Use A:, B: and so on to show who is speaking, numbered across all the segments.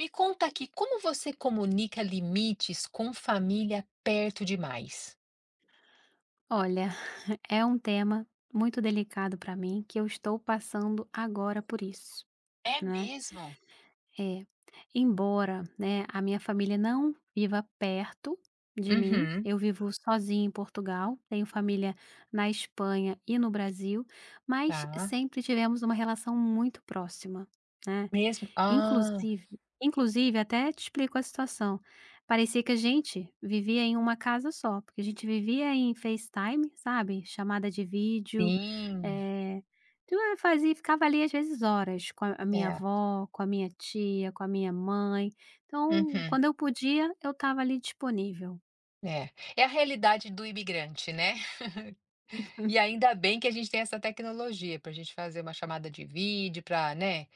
A: Me conta aqui, como você comunica limites com família perto demais?
B: Olha, é um tema muito delicado para mim que eu estou passando agora por isso,
A: É
B: né?
A: mesmo?
B: É, embora, né, a minha família não viva perto de mim,
A: Uhum,
B: eu vivo sozinha em Portugal, tenho família na Espanha e no Brasil, mas
A: tá.
B: sempre tivemos uma relação muito próxima, né?
A: Mesmo? Ah,
B: Inclusive inclusive até te explico a situação, parecia que a gente vivia em uma casa só, porque a gente vivia em FaceTime, sabe, chamada de vídeo,
A: sim,
B: eh, então eu fazia ficava ali às vezes horas com a minha
A: é.
B: avó, com a minha tia, com a minha mãe, então
A: Uhum,
B: quando eu podia eu estava ali disponível.
A: é. É a realidade do imigrante, né? E ainda bem que a gente tem essa tecnologia para a gente fazer uma chamada de vídeo, para, né,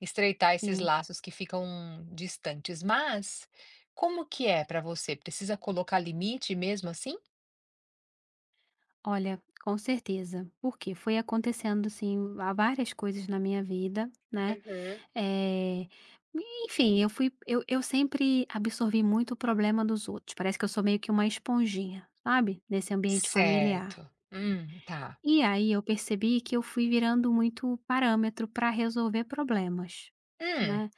A: estreitar esses
B: Sim.
A: laços que ficam distantes. Mas como que é para você? Precisa colocar limite mesmo assim?
B: Olha, com certeza, porque foi acontecendo, sim, há várias coisas na minha vida, né.
A: Uhum.
B: Eh, enfim, eu fui eu sempre absorvi muito o problema dos outros, parece que eu sou meio que uma esponjinha, sabe, nesse ambiente familiar.
A: Certo. Tá.
B: E aí eu percebi que eu fui virando muito parâmetro para resolver problemas,
A: Hum,
B: né.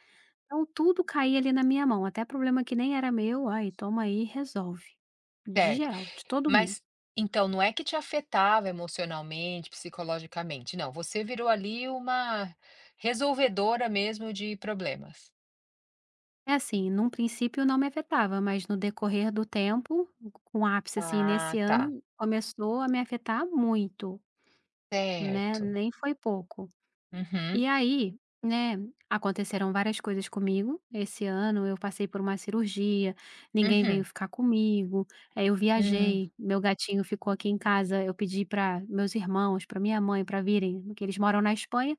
B: Então tudo caía ali na minha mão, até problema que nem era meu, aí toma aí e resolve", de
A: certo.
B: geral, de todo mundo.
A: Mas então não é que te afetava emocionalmente, psicologicamente, não, você virou ali uma resolvedora mesmo de problemas.
B: É assim, num princípio não me afetava, mas no decorrer do tempo, com ápice, assim,
A: Ah,
B: nesse
A: tá,
B: ano, começou a me afetar muito. Né,
A: certo.
B: nem foi pouco.
A: Uhum,
B: E aí, né, aconteceram várias coisas comigo, esse ano eu passei por uma cirurgia, ninguém
A: uhum,
B: veio ficar comigo, aí eu
A: hum,
B: viajei, meu gatinho ficou aqui em casa, eu pedi para meus irmãos, para minha mãe, para virem, porque eles moram na Espanha,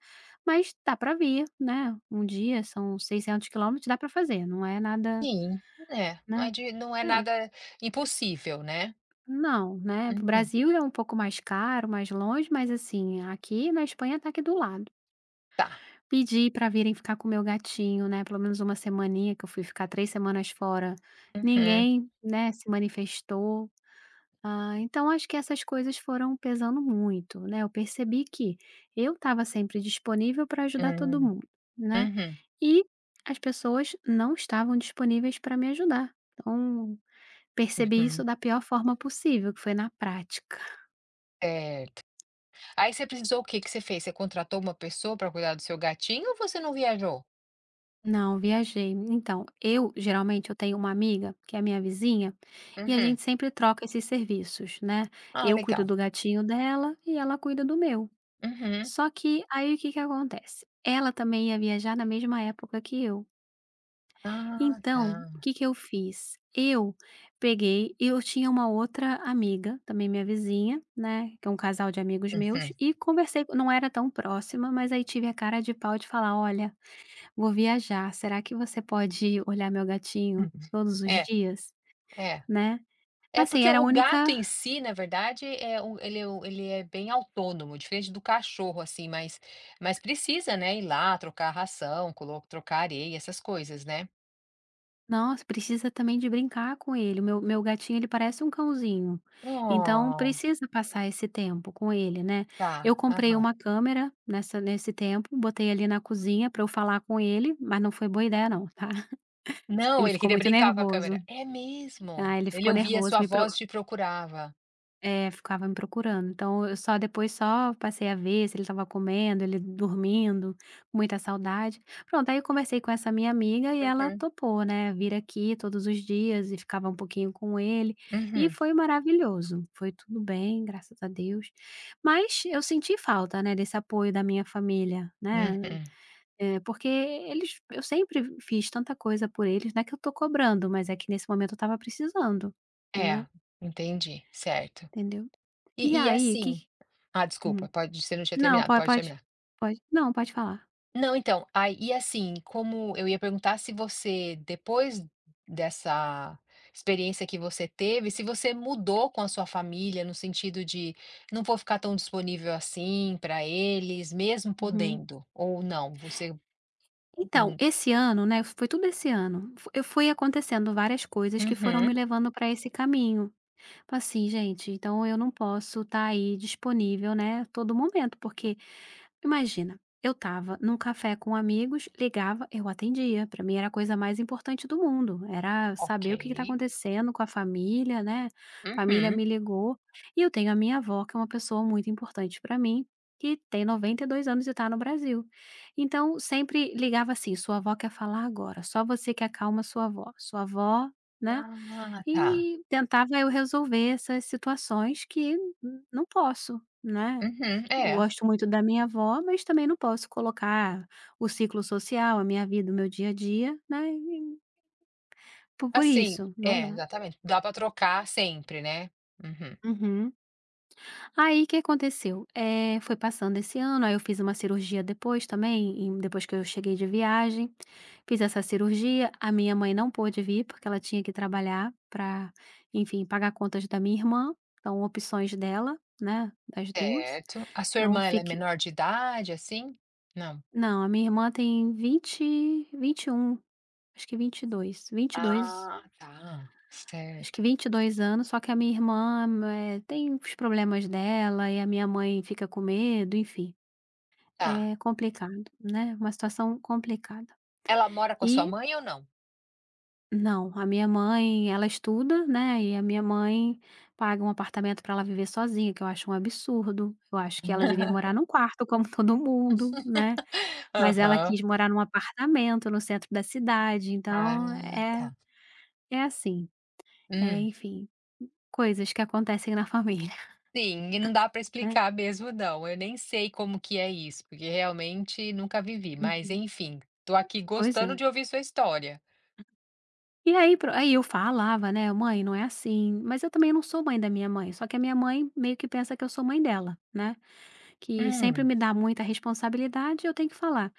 B: mas dá para vir, né, um dia são 600 quilômetros, dá para fazer, não é nada,
A: sim, é,
B: né,
A: não é
B: é,
A: nada impossível, né.
B: não, né, o
A: Uhum,
B: Brasil é um pouco mais caro, mais longe, mas assim, aqui na Espanha tá aqui do lado.
A: tá.
B: Pedi para virem ficar com o meu gatinho, né, pelo menos uma semaninha, que eu fui ficar 3 semanas fora.
A: Uhum,
B: Ninguém, né, se manifestou. Ah, então acho que essas coisas foram pesando muito, né. Eu percebi que eu estava sempre disponível para ajudar todo
A: hum,
B: mundo, né,
A: uhum,
B: e as pessoas não estavam disponíveis para me ajudar. Então, percebi isso
A: uhum,
B: da pior forma possível, que foi na prática.
A: certo. Aí você precisou o que que você fez? Você contratou uma pessoa para cuidar do seu gatinho ou você não viajou?
B: Não, viajei. Então, eu tenho uma amiga que é minha vizinha e a
A: Uhum.
B: gente sempre troca esses serviços, né?
A: Ah,
B: Eu cuido
A: legal.
B: do gatinho dela e ela cuida do meu.
A: Uhum.
B: Só que aí o que que acontece? Ela também ia viajar na mesma época que eu.
A: Ah,
B: Então, o
A: tá.
B: que que eu fiz? Eu tinha uma outra amiga, também minha vizinha, né? Que é um casal de amigos meus, e conversei, não era tão próxima, mas aí tive a cara de pau de falar: olha. Vou viajar, será que você pode olhar meu gatinho
A: Uhum.
B: todos os
A: É,
B: dias,
A: é.
B: né?
A: É
B: Assim,
A: porque
B: era a
A: o
B: única
A: gato em si, na verdade, é o ele é o ele é bem autônomo, diferente do cachorro, assim, mas precisa, né, ir lá, trocar a ração, colo trocar areia, essas coisas, né.
B: nossa, precisa também de brincar com ele, o meu gatinho ele parece um cãozinho, então
A: Oh,
B: precisa passar esse tempo com ele, né. Eu
A: tá.
B: comprei
A: Aham.
B: uma câmera nessa nesse tempo, botei ali na cozinha para eu falar com ele, mas não foi boa ideia não, tá.
A: Não,
B: Ele
A: ele
B: ficou
A: queria
B: muito
A: brincar com a câmera.
B: nervoso.
A: É mesmo?
B: Ah, ele
A: Ele
B: ficou
A: ouvia a
B: nervoso,
A: sua
B: me
A: voz e te procurava.
B: É, ficava me procurando. Então eu só depois só passei a ver se ele estava comendo, ele dormindo, com muita saudade. Pronto, aí eu conversei com essa minha amiga e ela
A: Uhum,
B: topou, né, vir aqui todos os dias e ficava um pouquinho com ele, e
A: uhum,
B: foi maravilhoso. Foi tudo bem, graças a Deus. Mas eu senti falta, né, desse apoio da minha família, né,
A: uhum.
B: porque eles eu sempre fiz tanta coisa por eles, não é que eu tô cobrando, mas é que nesse momento eu estava precisando,
A: É,
B: né,
A: entendi, certo.
B: entendeu. E
A: E
B: aí, o que
A: assim. Ah,
B: Uhum.
A: desculpa, pode você não tinha
B: Não,
A: terminado,
B: po
A: pode
B: pode
A: terminar.
B: pode não, pode falar.
A: Não, então, aí e assim, como eu ia perguntar se você, depois dessa experiência que você teve, se você mudou com a sua família, no sentido de: "Não vou ficar tão disponível assim para eles, mesmo
B: Uhum.
A: podendo", ou não? Você
B: Então,
A: hum,
B: esse ano, né, foi tudo esse ano, fo eu fui acontecendo várias coisas que foram me
A: uhum,
B: levando para esse caminho. Assim, gente, então eu não posso estar aí disponível, né, todo momento, porque Imagina, eu tava num café com amigos, ligava, eu atendia. Para mim era a coisa mais importante do mundo, era
A: ok.
B: saber o que que tá acontecendo com a família, né. Família
A: Uhum.
B: me ligou e eu tenho a minha avó, que é uma pessoa muito importante para mim, que tem 92 anos e tá no Brasil. Então sempre ligava assim: "Sua avó quer falar agora, só você que acalma sua avó", né.
A: Ah, tá.
B: E tentava eu resolver essas situações que n não posso, né.
A: Uhum, é.
B: Gosto muito da minha avó, mas também não posso colocar o ciclo social, a minha vida, o meu dia a dia, né, e po por
A: Assim
B: isso, não
A: é,
B: dá.
A: exatamente, dá para trocar sempre, né. Uhum.
B: Uhum. Aí, o que aconteceu? Foi passando esse ano, aí eu fiz uma cirurgia depois também, depois que eu cheguei de viagem, fiz essa cirurgia, a minha mãe não pôde vir, porque ela tinha que trabalhar para, enfim, pagar contas da minha irmã, então opções dela, né, das 2.
A: Certo. A sua
B: Então
A: irmã, ela é
B: fique
A: menor de idade, assim? Não.
B: não, a minha irmã tem 20, um. Acho que vinte Vinte e dois. Vinte e dois.
A: Ah, tá,
B: Acho
A: certo.
B: que 22 anos, só que a minha irmã, tem os problemas dela e a minha mãe fica com medo, enfim.
A: Tá.
B: É complicado, né, uma situação complicada.
A: Ela mora com a sua
B: E
A: mãe ou não?
B: não, a minha mãe, ela estuda, né, e a minha mãe paga um apartamento para ela viver sozinha, que eu acho um absurdo. Eu acho que ela devia morar num quarto como todo mundo, né, mas ela
A: Aham.
B: quis morar num apartamento no centro da cidade, então
A: Ah,
B: é
A: tá.
B: é assim, É,
A: Hum.
B: enfim, coisas que acontecem na família,
A: Sim, e não dá para
B: né.
A: explicar mesmo não, eu nem sei como que é isso, porque realmente nunca vivi, mas
B: Uhum.
A: enfim, tô aqui
B: Pois é.
A: gostando de ouvir sua história.
B: Aí eu falava, né: "Mãe, não é assim", mas eu também não sou mãe da minha mãe, só que a minha mãe meio que pensa que eu sou mãe dela, né, que sempre
A: Hum,
B: me dá muita responsabilidade e eu tenho que falar.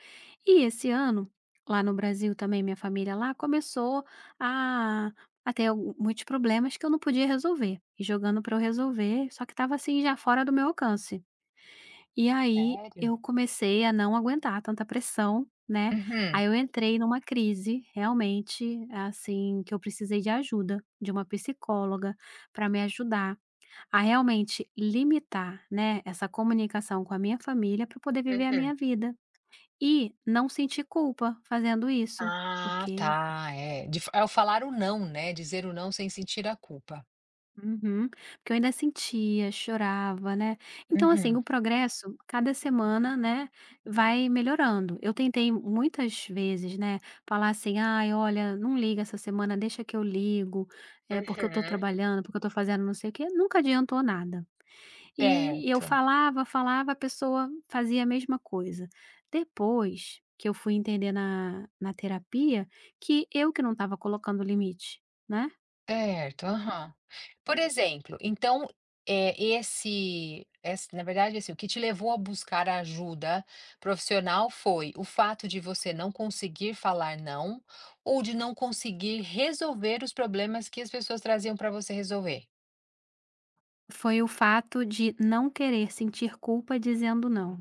B: E esse ano, lá no Brasil também, minha família lá começou a a ter algu muitos problemas que eu não podia resolver, e jogando para eu resolver, só que estava, assim, já fora do meu alcance. E aí
A: sério?
B: eu comecei a não aguentar tanta pressão, né,
A: Uhum,
B: aí eu entrei numa crise, realmente, assim, que eu precisei de ajuda, de uma psicóloga para me ajudar a realmente limitar, né, essa comunicação com a minha família para poder viver a
A: uhum.
B: minha vida e não sentir culpa fazendo isso,
A: Ah,
B: porque
A: tá, é, de é o falar o não, né, dizer o não sem sentir a culpa.
B: Uhum. Porque eu ainda sentia, chorava, né. Então, assim,
A: Uhum,
B: o progresso, cada semana, né, vai melhorando. Eu tentei muitas vezes, né, falar assim: "Ai, olha, não liga essa semana, deixa que eu ligo, é porque eu tô
A: uhum.
B: trabalhando, porque eu tô fazendo não sei o quê", nunca adiantou nada. E eu
A: Certo,
B: falava, falava, a pessoa fazia a mesma coisa. Depois que eu fui entender na na terapia que não estava colocando limite, né.
A: certo, aham. Por exemplo, então, é esse ess na verdade, assim, o que te levou a buscar ajuda profissional foi o fato de você não conseguir falar não, ou de não conseguir resolver os problemas que as pessoas traziam para você resolver?
B: Foi o fato de não querer sentir culpa dizendo não.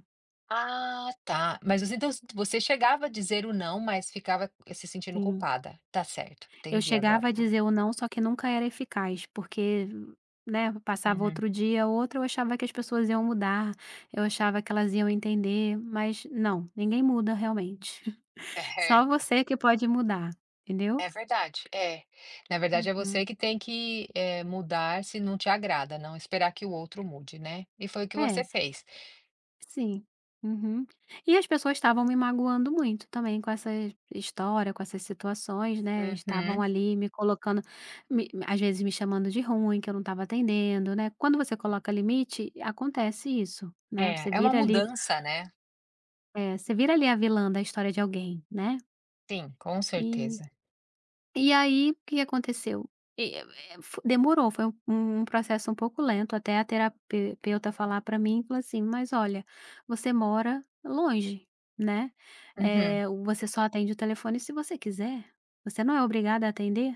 A: Ah, tá. Mas você então você chegava a dizer o não, mas ficava se sentindo
B: Sim.
A: culpada. Tá certo,
B: Eu
A: entendi agora.
B: chegava a dizer o não, só que nunca era eficaz, porque, né, passava
A: Uhum,
B: outro dia, outro, eu achava que as pessoas iam mudar, eu achava que elas iam entender, mas não, ninguém muda realmente. Só
A: certo.
B: você que pode mudar, entendeu?
A: É verdade, é. Na verdade, é você
B: Uhum.
A: que tem que, mudar se não te agrada, não esperar que o outro mude, né. E foi o que
B: É.
A: você fez.
B: Sim. Uhum. E as pessoas estavam me magoando muito também com essa história, com essas situações, né, estavam
A: Uhum.
B: ali me colocando às vezes me chamando de ruim, que eu não estava atendendo, né. Quando você coloca limite, acontece isso, né,
A: É,
B: você
A: é uma
B: vira ali,
A: mudança, né.
B: você vira ali a vilã da história de alguém, né,
A: Sim, com certeza.
B: E aí, o que aconteceu? E eu eh, fo demorou, foi um um processo um pouco lento até a terapeuta falar para mim, falou assim: "Mas olha, você mora longe, né,
A: Uhum.
B: você só atende o telefone se você quiser, você não é obrigada a atender,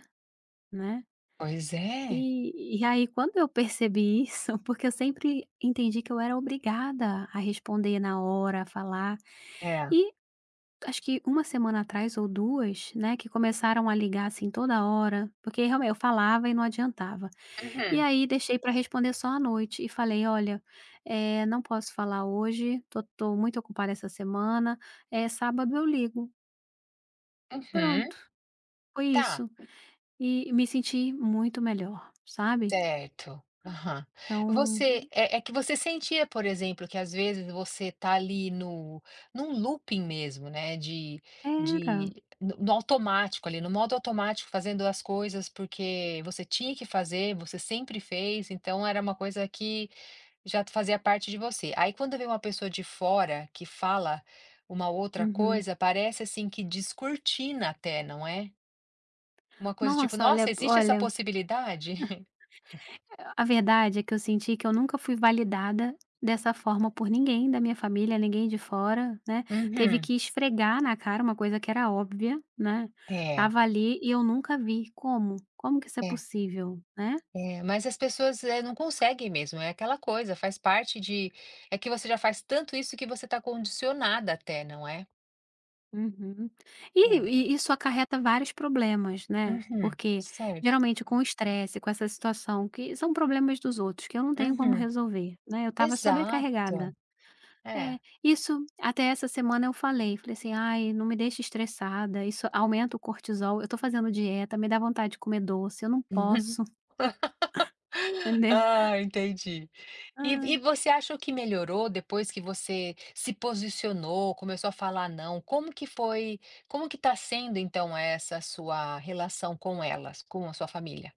B: né".
A: Pois é.
B: E aí quando eu percebi isso, porque eu sempre entendi que eu era obrigada a responder na hora, a falar,
A: É.
B: e acho que uma semana atrás ou 2, né, que começaram a ligar, assim, toda hora, porque realmente eu falava e não adiantava. E
A: Uhum.
B: aí deixei para responder só à noite e falei: "Olha, não posso falar hoje, tô muito ocupada essa semana, sábado eu ligo".
A: Uhum.
B: Pronto, foi
A: Tá.
B: isso. E me senti muito melhor, sabe.
A: Certo. Aham.
B: Então
A: Você é é que você sentia, por exemplo, que às vezes você tá ali no num looping mesmo, né, de
B: era.
A: de no automático ali, no modo automático, fazendo as coisas porque você tinha que fazer, você sempre fez, então era uma coisa que já fazia parte de você. Aí quando vem uma pessoa de fora que fala uma outra
B: Uhum.
A: coisa, parece assim que descortina até, não é? Uma coisa tipo:
B: Nossa,
A: "Nossa, existe essa
B: olha
A: possibilidade?"
B: A verdade é que eu senti que eu nunca fui validada dessa forma por ninguém da minha família, ninguém de fora, né. Teve
A: Uhum.
B: que esfregar na cara uma coisa que era óbvia, né.
A: É.
B: Tava ali e eu nunca vi. Como? Como que isso é
A: É,
B: possível, né?
A: é, mas as pessoas, não conseguem mesmo, é aquela coisa, faz parte de é que você já faz tanto isso que você está condicionada até, não é?
B: Uhum. E
A: É.
B: e isso acarreta vários problemas, né,
A: Uhum.
B: porque
A: Certo.
B: geralmente com o estresse, com essa situação que são problemas dos outros que eu não tenho como
A: Uhum.
B: resolver, né, eu estava sobrecarregada.
A: Exato.
B: É,
A: É.
B: isso até essa semana eu falei, falei assim: "Ai, não me deixa estressada, isso aumenta o cortisol, eu tô fazendo dieta, me dá vontade de comer doce, eu não posso", entendeu.
A: Ah, entendi. E
B: Ai.
A: você acha que melhorou depois que você se posicionou, começou a falar não? Como que tá sendo então essa sua relação com elas, com a sua família?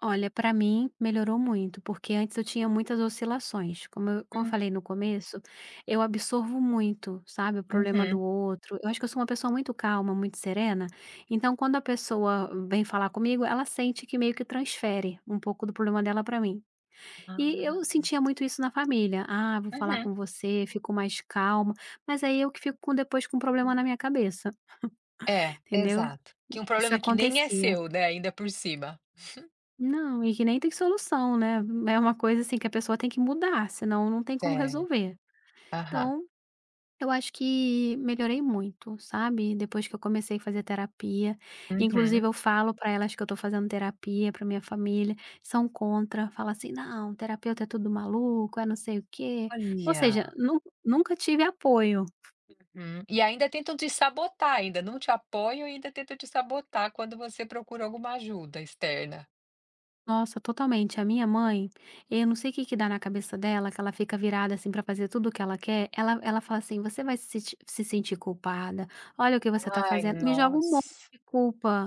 B: Olha, pra mim melhorou muito, porque antes eu tinha muitas oscilações, como eu
A: Hum.
B: falei no começo, eu absorvo muito, sabe, o problema do
A: Uhum.
B: outro, eu acho que eu sou uma pessoa muito calma, muito serena, então quando a pessoa vem falar comigo, ela sente que meio que transfere um pouco do problema dela pra mim. E
A: Ah.
B: eu sentia muito isso na família. "Ah, vou falar
A: Uhum.
B: com você, fico mais calma", mas aí eu que fico com depois com um problema na minha cabeça,
A: É,
B: entendeu.
A: exato. Que um
B: Isso
A: problema que nem é
B: acontecia.
A: seu, né, ainda por cima.
B: Não, e que nem tem solução, né, é uma coisa, assim, que a pessoa tem que mudar, senão não tem como
A: Certo.
B: resolver.
A: Aham.
B: Então Eu acho que melhorei muito, sabe, depois que eu comecei a fazer terapia. Inclusive
A: Uhum.
B: eu falo para elas que eu tô fazendo terapia, para minha família, são contra, fala assim: "Não, terapeuta é tudo maluco, é não sei o quê". Ou seja,
A: Olha.
B: nunca tive apoio.
A: Uhum. E ainda tentam te sabotar, ainda não te apoiam e ainda tentam te sabotar quando você procura alguma ajuda externa.
B: Nossa, totalmente. A minha mãe, eu não sei o que que dá na cabeça dela, que ela fica virada, assim, para fazer tudo o que ela quer. Ela fala assim: "Você vai se sentir culpada, olha o que você tá
A: Ai,
B: fazendo". Me joga um monte
A: nossa.
B: de culpa.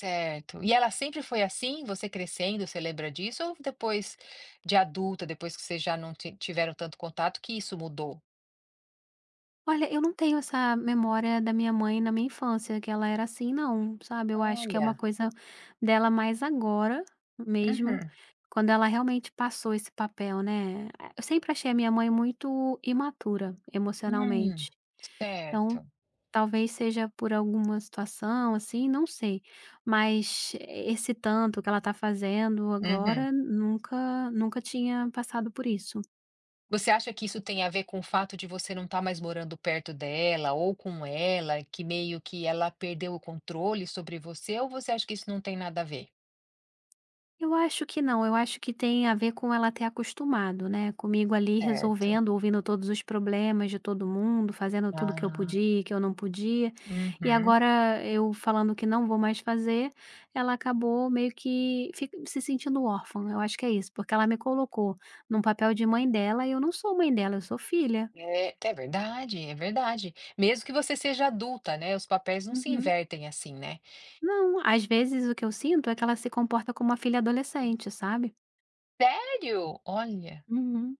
A: Certo. E ela sempre foi assim? Você crescendo, você lembra disso? Ou depois de adulta, depois que vocês já não tiveram tanto contato, que isso mudou?
B: Olha, eu não tenho essa memória da minha mãe na minha infância, que ela era assim não, sabe, eu acho que é uma
A: Olha.
B: coisa dela mais agora mesmo,
A: Uhum.
B: quando ela realmente passou esse papel, né. Eu sempre achei a minha mãe muito imatura
A: Hum,
B: emocionalmente, então
A: certo.
B: talvez seja por alguma situação, assim, não sei, mas esse tanto que ela tá fazendo
A: Uhum.
B: agora nunca tinha passado por isso.
A: Você acha que isso tem a ver com o fato de você não estar mais morando perto dela ou com ela, que meio que ela perdeu o controle sobre você, ou você acha que isso não tem nada a ver?
B: Eu acho que não, eu acho que tem a ver com ela ter acostumado, né, comigo ali
A: Certo.
B: resolvendo, ouvindo todos os problemas de todo mundo, fazendo tudo que eu
A: Ah,
B: podia, e que eu não podia, e
A: uhum.
B: agora eu falando que não vou mais fazer, ela acabou meio que fi se sentindo órfã, eu acho que é isso, porque ela me colocou num papel de mãe dela e eu não sou mãe dela, eu sou filha.
A: É, é verdade, é verdade. Mesmo que você seja adulta, né? Os papéis não se
B: Uhum.
A: invertem assim, né?
B: Não, às vezes o que eu sinto é que ela se comporta como uma filha adolescente, sabe.
A: Sério? Olha,
B: Uhum.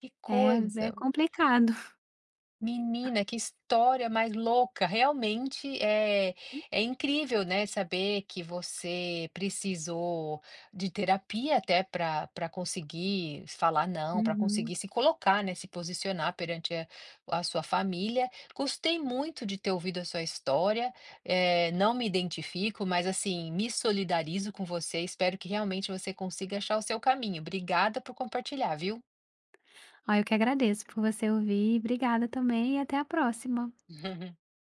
A: que
B: É, é
A: coisa.
B: complicado.
A: Menina, que história mais louca! Realmente é, é incrível, né, saber que você precisou de terapia até para conseguir falar não, para
B: Uhum.
A: conseguir se colocar, né, se posicionar perante a sua família. Gostei muito de ter ouvido a sua história. Não me identifico, mas assim, me solidarizo com você. Espero que realmente você consiga achar o seu caminho. Obrigada por compartilhar, viu?
B: Ah, eu que agradeço por você ouvir. Obrigada também e até a próxima.